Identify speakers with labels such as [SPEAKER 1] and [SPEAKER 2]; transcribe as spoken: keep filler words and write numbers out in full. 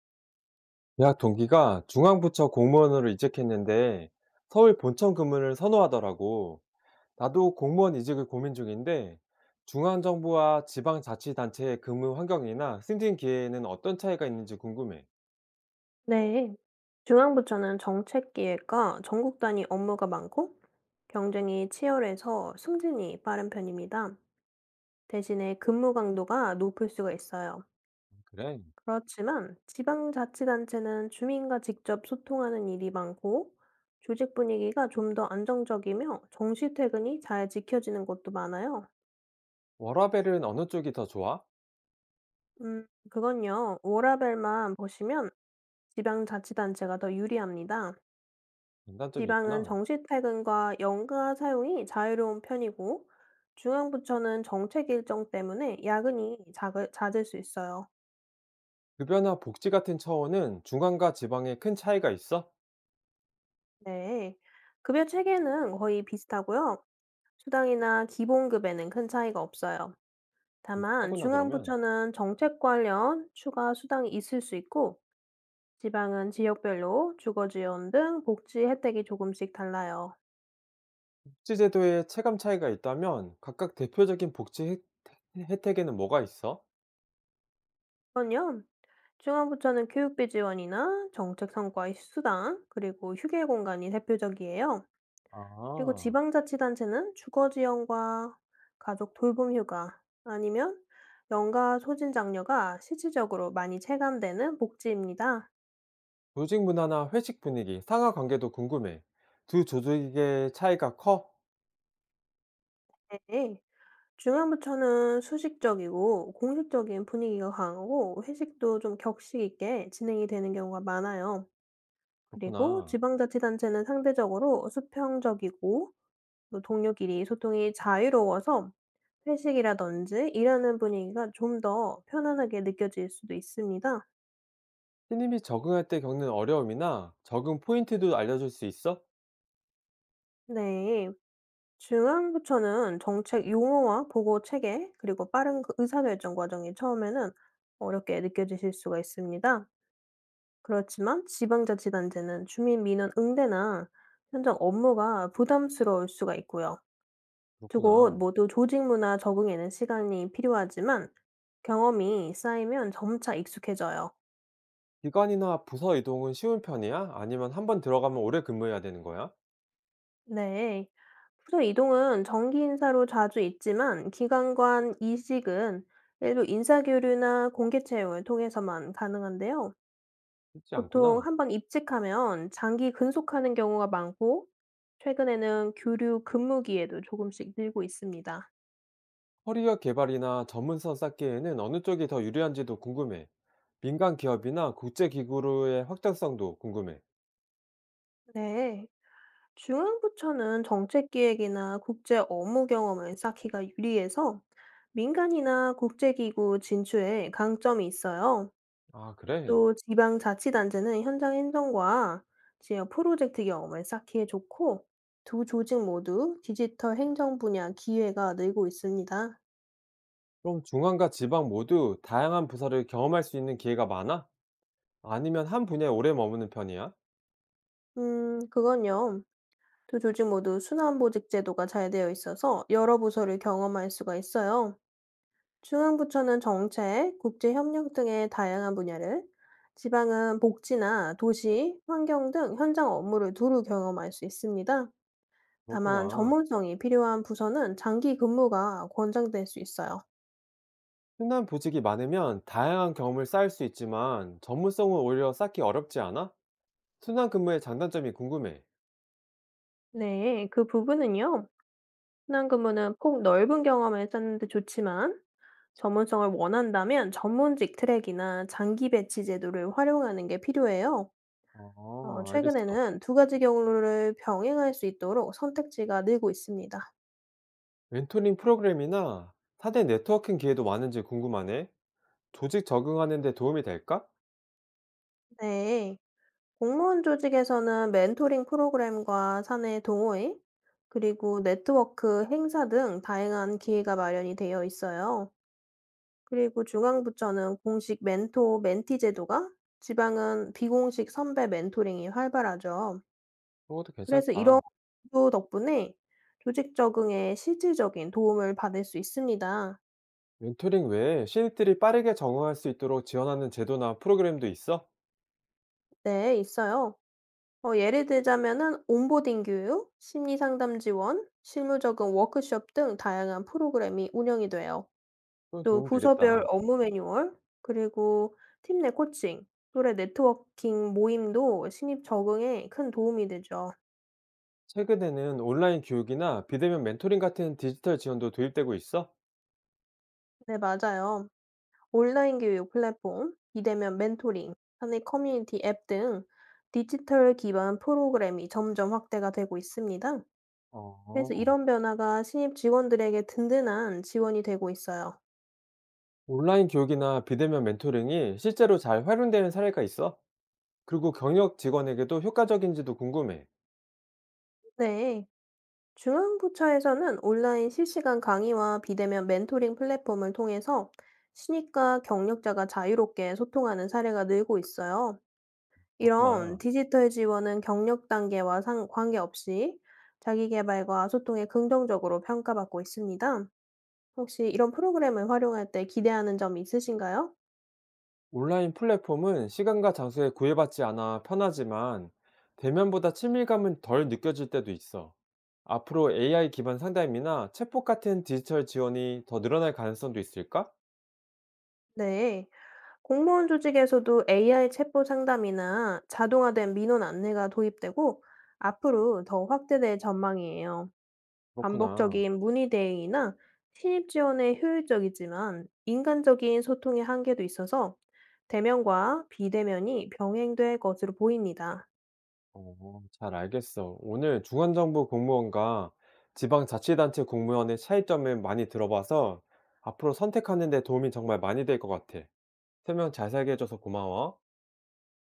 [SPEAKER 1] 대학 동기가 중앙부처 공무원으로 이직했는데 서울 본청 근무를 선호하더라고. 나도 공무원 이직을 고민 중인데 중앙정부와 지방자치단체의 근무 환경이나 승진 기회에는 어떤 차이가 있는지 궁금해.
[SPEAKER 2] 네. 중앙부처는 정책기획과 전국 단위 업무가 많고 경쟁이 치열해서 승진이 빠른 편입니다. 대신에 근무 강도가 높을 수가 있어요.
[SPEAKER 1] 그래.
[SPEAKER 2] 그렇지만 지방자치단체는 주민과 직접 소통하는 일이 많고 조직 분위기가 좀 더 안정적이며 정시 퇴근이 잘 지켜지는 곳도 많아요.
[SPEAKER 1] 워라밸은 어느 쪽이 더 좋아?
[SPEAKER 2] 음, 그건요. 워라밸만 보시면 지방자치단체가 더 유리합니다.
[SPEAKER 1] 장단점이
[SPEAKER 2] 지방은
[SPEAKER 1] 있구나.
[SPEAKER 2] 정시 퇴근과 연가 사용이 자유로운 편이고, 중앙부처는 정책 일정 때문에 야근이 작을, 잦을 수 있어요.
[SPEAKER 1] 급여나 복지 같은 차원은 중앙과 지방에 큰 차이가 있어?
[SPEAKER 2] 네. 급여 체계는 거의 비슷하고요. 수당이나 기본급에는 큰 차이가 없어요. 다만,
[SPEAKER 1] 비슷하구나 그러면.
[SPEAKER 2] 중앙부처는 정책 관련 추가 수당이 있을 수 있고, 지방은 지역별로 주거지원 등 복지 혜택이 조금씩 달라요.
[SPEAKER 1] 복지제도에 체감 차이가 있다면 각각 대표적인 복지 혜- 혜택에는 뭐가 있어?
[SPEAKER 2] 그건요. 중앙부처는 교육비 지원이나 정책 성과 수당, 그리고 휴게 공간이 대표적이에요. 그리고
[SPEAKER 1] 아.
[SPEAKER 2] 지방자치단체는 주거 지원과 가족 돌봄 휴가, 아니면 연가 소진 장려가 실질적으로 많이 체감되는 복지입니다.
[SPEAKER 1] 조직 문화나 회식 분위기, 상하 관계도 궁금해. 두 조직의 차이가 커?
[SPEAKER 2] 네. 중앙부처는 수식적이고 공식적인 분위기가 강하고 회식도 좀 격식 있게 진행이 되는 경우가 많아요. 그리고
[SPEAKER 1] 그렇구나.
[SPEAKER 2] 지방자치단체는 상대적으로 수평적이고 또 동료끼리 소통이 자유로워서 회식이라든지 일하는 분위기가 좀 더 편안하게 느껴질 수도 있습니다.
[SPEAKER 1] 신입이 적응할 때 겪는 어려움이나 적응 포인트도 알려줄 수 있어?
[SPEAKER 2] 네. 중앙부처는 정책 용어와 보고 체계, 그리고 빠른 그 의사결정 과정이 처음에는 어렵게 느껴지실 수가 있습니다. 그렇지만 지방자치단체는 주민 민원 응대나 현장 업무가 부담스러울 수가 있고요. 두 곳
[SPEAKER 1] 그렇구나.
[SPEAKER 2] 모두 조직 문화 적응에는 시간이 필요하지만 경험이 쌓이면 점차 익숙해져요.
[SPEAKER 1] 기관이나 부서 이동은 쉬운 편이야? 아니면 한번 들어가면 오래 근무해야 되는 거야?
[SPEAKER 2] 네. 부서 이동은 정기 인사로 자주 있지만 기관 간 이직은 일부 인사 교류나 공개 채용을 통해서만 가능한데요.
[SPEAKER 1] 쉽지
[SPEAKER 2] 보통
[SPEAKER 1] 않구나.
[SPEAKER 2] 한번 입직하면 장기 근속하는 경우가 많고 최근에는 교류 근무 기회도 조금씩 늘고 있습니다.
[SPEAKER 1] 커리어 개발이나 전문성 쌓기에는 어느 쪽이 더 유리한지도 궁금해. 민간 기업이나 국제기구로의 확장성도 궁금해.
[SPEAKER 2] 네. 중앙부처는 정책 기획이나 국제 업무 경험을 쌓기가 유리해서 민간이나 국제기구 진출에 강점이 있어요.
[SPEAKER 1] 아, 그래?
[SPEAKER 2] 또 지방자치단체는 현장 행정과 지역 프로젝트 경험을 쌓기에 좋고 두 조직 모두 디지털 행정 분야 기회가 늘고 있습니다.
[SPEAKER 1] 그럼 중앙과 지방 모두 다양한 부서를 경험할 수 있는 기회가 많아? 아니면 한 분야에 오래 머무는 편이야?
[SPEAKER 2] 음, 그건요. 두 조직 모두 순환보직 제도가 잘 되어 있어서 여러 부서를 경험할 수가 있어요. 중앙부처는 정책, 국제협력 등의 다양한 분야를, 지방은 복지나 도시, 환경 등 현장 업무를 두루 경험할 수 있습니다. 다만
[SPEAKER 1] 그렇구나.
[SPEAKER 2] 전문성이 필요한 부서는 장기 근무가 권장될 수 있어요.
[SPEAKER 1] 흔한 보직이 많으면 다양한 경험을 쌓을 수 있지만 전문성은 오히려 쌓기 어렵지 않아? 순환 근무의 장단점이 궁금해.
[SPEAKER 2] 네, 그 부분은요. 흔한 근무는 폭 넓은 경험을 쌓는 데 좋지만 전문성을 원한다면 전문직 트랙이나 장기 배치 제도를 활용하는 게 필요해요. 어,
[SPEAKER 1] 어, 알겠어.
[SPEAKER 2] 최근에는 두 가지 경로를 병행할 수 있도록 선택지가 늘고 있습니다.
[SPEAKER 1] 멘토링 프로그램이나 사 대 네트워킹 기회도 많은지 궁금하네. 조직 적응하는 데 도움이 될까?
[SPEAKER 2] 네. 공무원 조직에서는 멘토링 프로그램과 사내 동호회, 그리고 네트워크 행사 등 다양한 기회가 마련이 되어 있어요. 그리고 중앙부처는 공식 멘토, 멘티 제도가, 지방은 비공식 선배 멘토링이 활발하죠.
[SPEAKER 1] 그것도
[SPEAKER 2] 그래서 이런
[SPEAKER 1] 괜찮다.
[SPEAKER 2] 제도 덕분에 조직 적응에 실질적인 도움을 받을 수 있습니다.
[SPEAKER 1] 멘토링 외에 신입들이 빠르게 적응할 수 있도록 지원하는 제도나 프로그램도 있어?
[SPEAKER 2] 네, 있어요. 어 예를 들자면은 온보딩 교육, 심리 상담 지원, 실무 적응 워크숍 등 다양한 프로그램이 운영이 돼요.
[SPEAKER 1] 그건
[SPEAKER 2] 또
[SPEAKER 1] 도움
[SPEAKER 2] 부서별
[SPEAKER 1] 되겠다.
[SPEAKER 2] 업무 매뉴얼, 그리고 팀 내 코칭, 또래 네트워킹 모임도 신입 적응에 큰 도움이 되죠.
[SPEAKER 1] 최근에는 온라인 교육이나 비대면 멘토링 같은 디지털 지원도 도입되고 있어?
[SPEAKER 2] 네, 맞아요. 온라인 교육 플랫폼, 비대면 멘토링, 사내 커뮤니티 앱 등 디지털 기반 프로그램이 점점 확대가 되고 있습니다. 그래서
[SPEAKER 1] 어.
[SPEAKER 2] 이런 변화가 신입 직원들에게 든든한 지원이 되고 있어요.
[SPEAKER 1] 온라인 교육이나 비대면 멘토링이 실제로 잘 활용되는 사례가 있어? 그리고 경력 직원에게도 효과적인지도 궁금해.
[SPEAKER 2] 네. 중앙부처에서는 온라인 실시간 강의와 비대면 멘토링 플랫폼을 통해서 신입과 경력자가 자유롭게 소통하는 사례가 늘고 있어요. 이런
[SPEAKER 1] 그렇구나.
[SPEAKER 2] 디지털 지원은 경력 단계와 상, 관계없이 자기 개발과 소통에 긍정적으로 평가받고 있습니다. 혹시 이런 프로그램을 활용할 때 기대하는 점이 있으신가요?
[SPEAKER 1] 온라인 플랫폼은 시간과 장소에 구애받지 않아 편하지만 대면보다 친밀감은 덜 느껴질 때도 있어. 앞으로 에이아이 기반 상담이나 챗봇 같은 디지털 지원이 더 늘어날 가능성도 있을까?
[SPEAKER 2] 네. 공무원 조직에서도 에이아이 체포 상담이나 자동화된 민원 안내가 도입되고 앞으로 더 확대될 전망이에요.
[SPEAKER 1] 그렇구나.
[SPEAKER 2] 반복적인 문의 대행이나 신입 지원에 효율적이지만 인간적인 소통의 한계도 있어서 대면과 비대면이 병행될 것으로 보입니다.
[SPEAKER 1] 어, 잘 알겠어. 오늘 중앙정부 공무원과 지방자치단체 공무원의 차이점을 많이 들어봐서 앞으로 선택하는 데 도움이 정말 많이 될 것 같아. 설명 잘 살게 해줘서 고마워.